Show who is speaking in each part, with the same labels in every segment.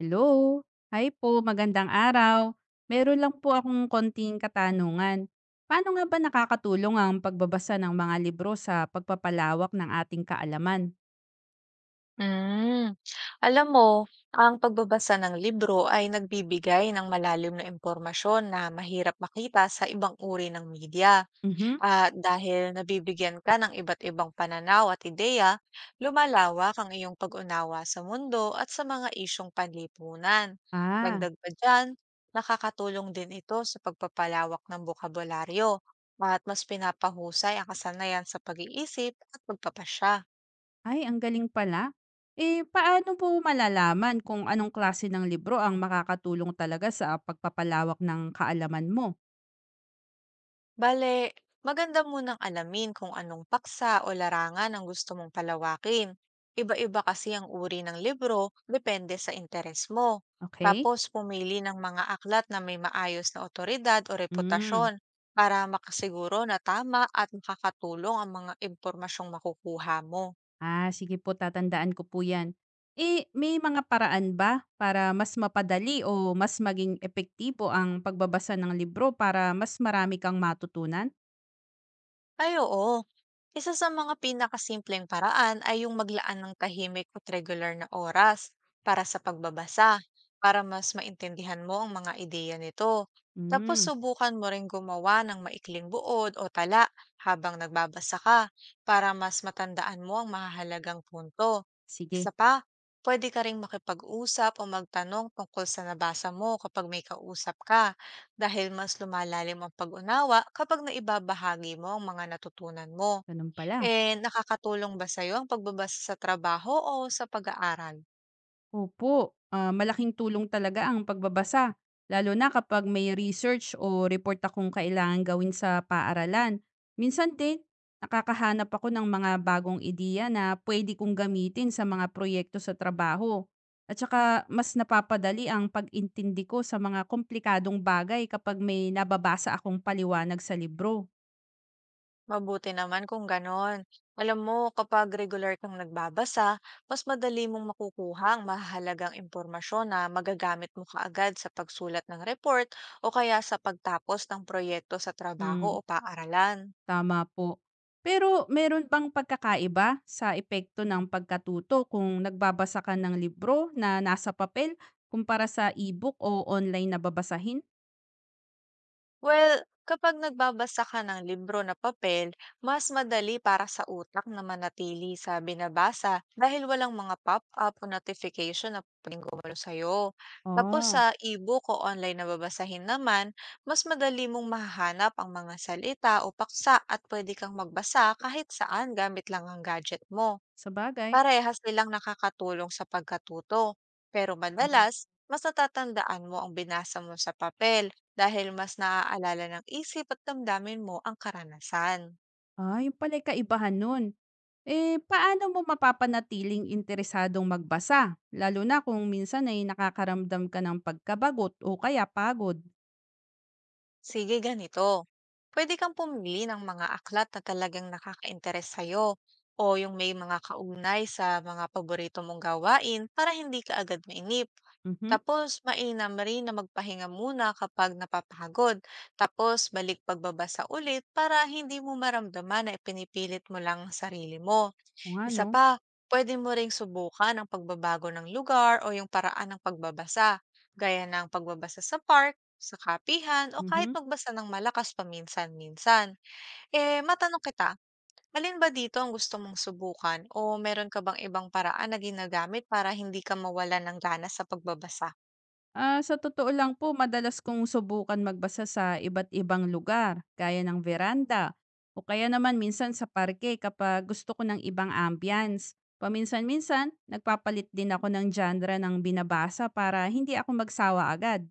Speaker 1: Hello. Hi po, magandang araw. Meron lang po akong konting katanungan. Paano nga ba nakakatulong ang pagbabasa ng mga libro sa pagpapalawak ng ating kaalaman?
Speaker 2: Hmm. Alam mo, ang pagbabasa ng libro ay nagbibigay ng malalim na impormasyon na mahirap makita sa ibang uri ng media.
Speaker 1: Mhm.
Speaker 2: At dahil nabibigyan ka ng iba't ibang pananaw at ideya, lumalawak ang iyong pag-unawa sa mundo at sa mga isyong panlipunan.
Speaker 1: Ah,
Speaker 2: Dagdag pa dyan, nakakatulong din ito sa pagpapalawak ng bokabularyo at mas pinapahusay ang kasanayan sa pag-iisip at pagpapasya.
Speaker 1: ay ang galing pala. Eh, paano po malalaman kung anong klase ng libro ang makakatulong talaga sa pagpapalawak ng kaalaman mo?
Speaker 2: Bale, maganda munang alamin kung anong paksa o larangan ang gusto mong palawakin. Iba-iba kasi ang uri ng libro, depende sa interes mo.
Speaker 1: Okay?
Speaker 2: Tapos pumili ng mga aklat na may maayos na otoridad o
Speaker 1: Mm.
Speaker 2: reputasyon para makasiguro na tama at makakatulong ang mga impormasyong makukuha mo.
Speaker 1: Sige po, tatandaan ko po 'yan. Eh, may mga paraan ba para mas mapadali o mas maging epektibo ang pagbabasa ng libro para mas marami kang matutunan?
Speaker 2: Ay oo. Isa sa mga pinakasimpleng paraan ay yung maglaan ng tahimik at regular na oras para sa pagbabasa, para mas maintindihan mo ang mga ideya nito. Tapos
Speaker 1: Hmm,
Speaker 2: subukan mo ring gumawa ng maikling buod o tala habang nagbabasa ka para mas matandaan mo ang mahalagang punto.
Speaker 1: sige,
Speaker 2: Isa pa, pwede ka ring makipag-usap o magtanong tungkol sa nabasa mo kapag may kausap ka dahil mas lumalalim ang pag-unawa kapag naibabahagi mo ang mga natutunan mo.
Speaker 1: ganun pala.
Speaker 2: Eh, nakakatulong ba sa'yo ang pagbabasa sa trabaho o sa pag-aaral?
Speaker 1: Opo, malaking tulong talaga ang pagbabasa, lalo na kapag may research o report akong kailangan gawin sa paaralan. Minsan din, nakakahanap ako ng mga bagong ideya na pwede kong gamitin sa mga proyekto sa trabaho. At saka, mas napapadali ang pag-intindi ko sa mga komplikadong bagay kapag may nababasa akong paliwanag sa libro.
Speaker 2: Mabuti naman kung ganon. Alam mo, kapag regular kang nagbabasa, mas madali mong makukuha ang mahalagang impormasyon na magagamit mo kaagad sa pagsulat ng report o kaya sa pagtapos ng proyekto sa trabaho
Speaker 1: Hmm.
Speaker 2: o paaralan.
Speaker 1: Tama po. Pero meron bang pagkakaiba sa epekto ng pagkatuto kung nagbabasa ka ng libro na nasa papel kumpara sa e-book o online na babasahin?
Speaker 2: Well, kapag nagbabasa ka ng libro na papel, mas madali para sa utak na manatili sa binabasa dahil walang mga pop-up o notification na pwedeng gumalo sa'yo. Tapos
Speaker 1: Ah,
Speaker 2: sa e-book o online na babasahin naman, mas madali mong mahahanap ang mga salita o paksa at pwede kang magbasa kahit saan gamit lang ang gadget mo
Speaker 1: sabagay.
Speaker 2: parehas nilang nakakatulong sa pagkatuto. Pero
Speaker 1: Mhm.
Speaker 2: madalas, mas natatandaan mo ang binasa mo sa papel dahil mas naaalala ng isip at damdamin mo ang karanasan.
Speaker 1: Yun pala'y kaibahan nun. Eh, paano mo mapapanatiling interesadong magbasa? Lalo na kung minsan ay nakakaramdam ka ng pagkabagot o kaya pagod.
Speaker 2: Sige, ganito. Pwede kang pumili ng mga aklat na talagang nakaka-interes sa'yo o yung may mga kaugnay sa mga paborito mong gawain para hindi ka agad mainip.
Speaker 1: Mhm.
Speaker 2: Tapos, mainam rin na magpahinga muna kapag napapagod. Tapos, balik pagbabasa ulit para hindi mo maramdaman na ipinipilit mo lang ang sarili mo.
Speaker 1: Oo nga,
Speaker 2: Isa
Speaker 1: no?
Speaker 2: pa, pwede mo ring subukan ang pagbabago ng lugar o yung paraan ng pagbabasa, gaya ng pagbabasa sa park, sa kapihan, o kahit
Speaker 1: Mhm.
Speaker 2: magbasa ng malakas paminsan-minsan. Eh, matanong kita, alin ba dito ang gusto mong subukan o meron ka bang ibang paraan na ginagamit para hindi ka mawala ng gana sa pagbabasa?
Speaker 1: Sa totoo lang po, madalas kong subukan magbasa sa iba't ibang lugar, gaya ng veranda, o kaya naman minsan sa parke kapag gusto ko ng ibang ambience. Paminsan-minsan, nagpapalit din ako ng genre ng binabasa para hindi ako magsawa agad.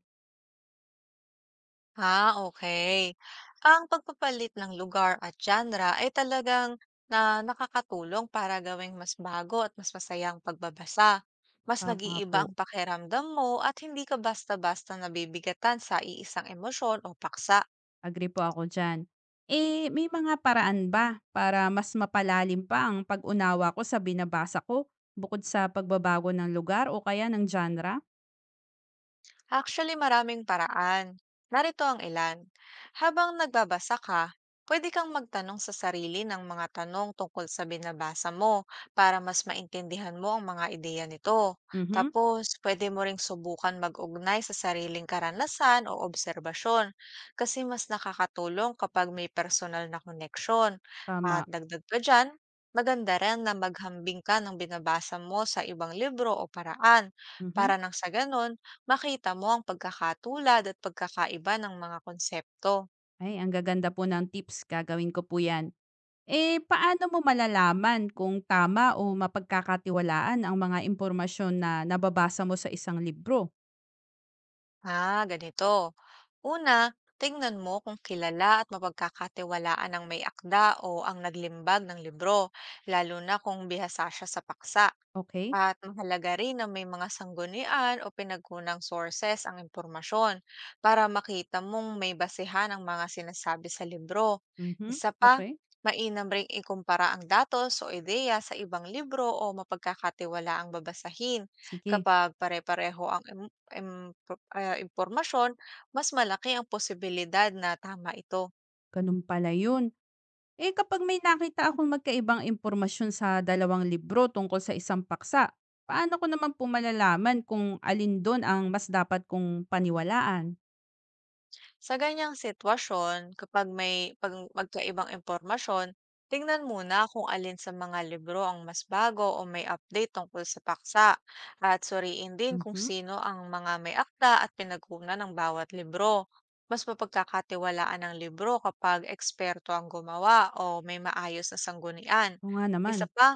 Speaker 2: Okay. Ang pagpapalit ng lugar at genre ay talagang na nakakatulong para gawing mas bago at mas masayang pagbabasa. Mas
Speaker 1: Tama
Speaker 2: nag-iiba
Speaker 1: po,
Speaker 2: ang pakiramdam mo at hindi ka basta-basta nabibigatan sa iisang emosyon o paksa.
Speaker 1: agree po ako dyan. Eh, may mga paraan ba para mas mapalalim pa ang pag-unawa ko sa binabasa ko bukod sa pagbabago ng lugar o kaya ng genre?
Speaker 2: Actually, maraming paraan. Narito ang ilan. Habang nagbabasa ka, pwede kang magtanong sa sarili ng mga tanong tungkol sa binabasa mo para mas maintindihan mo ang mga ideya nito.
Speaker 1: Mhm,
Speaker 2: Tapos, pwede mo ring subukan mag-ugnay sa sariling karanasan o obserbasyon kasi mas nakakatulong kapag may personal na koneksyon. At
Speaker 1: tama.
Speaker 2: dagdag pa dyan, maganda rin na maghambing ka ng binabasa mo sa ibang libro o paraan
Speaker 1: Mhm.
Speaker 2: para nang sa ganun, makita mo ang pagkakatulad at pagkakaiba ng mga konsepto.
Speaker 1: Ay, ang gaganda po ng tips, gagawin ko po 'yan. Eh, paano mo malalaman kung tama o mapagkakatiwalaan ang mga impormasyon na nababasa mo sa isang libro?
Speaker 2: Ganito. Una, tingnan mo kung kilala at mapagkakatiwalaan ang may akda o ang naglimbag ng libro, lalo na kung bihasa siya sa paksa.
Speaker 1: Okey,
Speaker 2: At mahalaga rin na may mga sanggunian o pinagkunang sources ang impormasyon para makita mong may basehan ang mga sinasabi sa libro.
Speaker 1: mhm,
Speaker 2: Isa pa,
Speaker 1: okay.
Speaker 2: mainam ring ikumpara ang datos o ideya sa ibang libro o mapagkakatiwalaang babasahin.
Speaker 1: Sige,
Speaker 2: Kapag pare-pareho ang impormasyon, mas malaki ang posibilidad na tama ito.
Speaker 1: gano'n pala 'yun. Eh, kapag may nakita akong magkaibang impormasyon sa dalawang libro tungkol sa isang paksa, paano ko naman po malalaman kung alin do'n ang mas dapat kong paniwalaan?
Speaker 2: Sa ganyang sitwasyon, kapag may magkaibang impormasyon, tingnan muna kung alin sa mga libro ang mas bago o may update tungkol sa paksa at suriin din kung
Speaker 1: Mhm,
Speaker 2: sino ang mga may akda at pinagkunan ng bawat libro. Mas mapagkakatiwalaan ang libro kapag eksperto ang gumawa o may maayos na sanggunian.
Speaker 1: oo nga naman.
Speaker 2: Isa pa,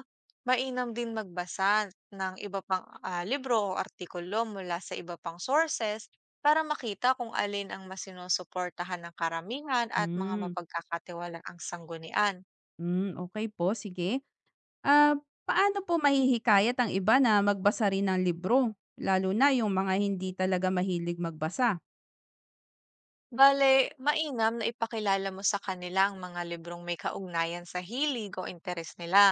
Speaker 2: mainam din magbasa ng iba pang libro o artikulo mula sa iba pang sources para makita kung alin ang mas sinusuportahan ng karamihan at mga
Speaker 1: Hmm,
Speaker 2: mapagkakatiwalaang sanggunian.
Speaker 1: hmm, okay po, sige. Ah, Paano po mahihikayat ang iba na magbasa rin ng libro, lalo na yung mga hindi talaga mahilig magbasa?
Speaker 2: Bale, mainam na ipakilala mo sa kanila ang mga librong may kaugnayan sa hilig o interes nila.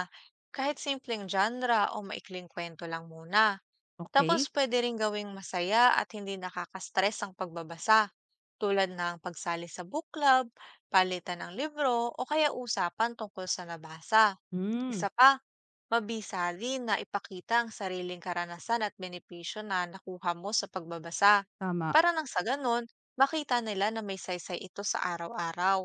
Speaker 2: Kahit simpleng genre o maikling kwento lang muna.
Speaker 1: Okay.
Speaker 2: Tapos pwede rin gawing masaya at hindi nakaka-stress ang pagbabasa, tulad ng pagsali sa book club, palitan ng libro, o kaya usapan tungkol sa nabasa.
Speaker 1: Hmm,
Speaker 2: Isa pa, Mabisali na ipakita ang sariling karanasan at benepisyo na nakuha mo sa pagbabasa
Speaker 1: tama.
Speaker 2: para nang sa ganon makita nila na may saysay ito sa araw-araw.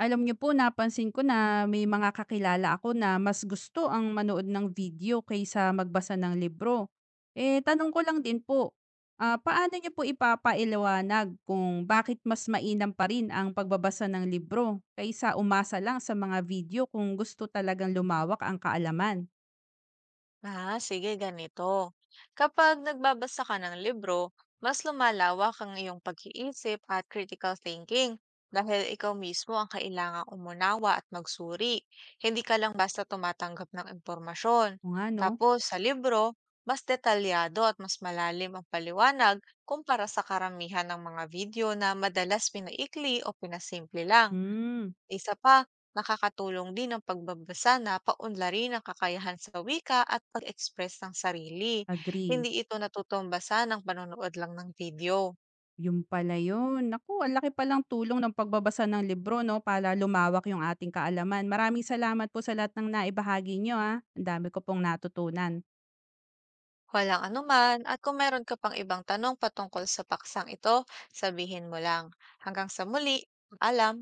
Speaker 1: Alam niyo po, napansin ko na may mga kakilala ako na mas gusto ang manood ng video kaysa magbasa ng libro. Eh, tanong ko lang din po, paano niyo po ipapaliwanag kung bakit mas mainam pa rin ang pagbabasa ng libro kaysa umasa lang sa mga video kung gusto talagang lumawak ang kaalaman?
Speaker 2: Sige, ganito. Kapag nagbabasa ka ng libro, mas lumalawak ang iyong pag-iisip at critical thinking dahil ikaw mismo ang kailangang umunawa at magsuri. Hindi ka lang basta tumatanggap ng impormasyon.
Speaker 1: Oo nga 'no?
Speaker 2: Tapos sa libro, mas detalyado at mas malalim ang paliwanag kumpara sa karamihan ng mga video na madalas pinaikli o pinasimple lang.
Speaker 1: Hmm,
Speaker 2: Isa pa, nakakatulong din ang pagbabasa na paunlarin ang kakayahan sa wika at pag-express ng sarili.
Speaker 1: agree.
Speaker 2: Hindi ito natutumbasa ng panonood lang ng video.
Speaker 1: Yung pala yun. Naku, ang laki palang tulong ng pagbabasa ng libro 'no, para lumawak yung ating kaalaman. Maraming salamat po sa lahat ng naibahagi nyo ah. Ang dami ko pong natutunan.
Speaker 2: Walang anuman at kung meron ka pang ibang tanong patungkol sa paksang ito, sabihin mo lang. Hanggang sa muli, alam!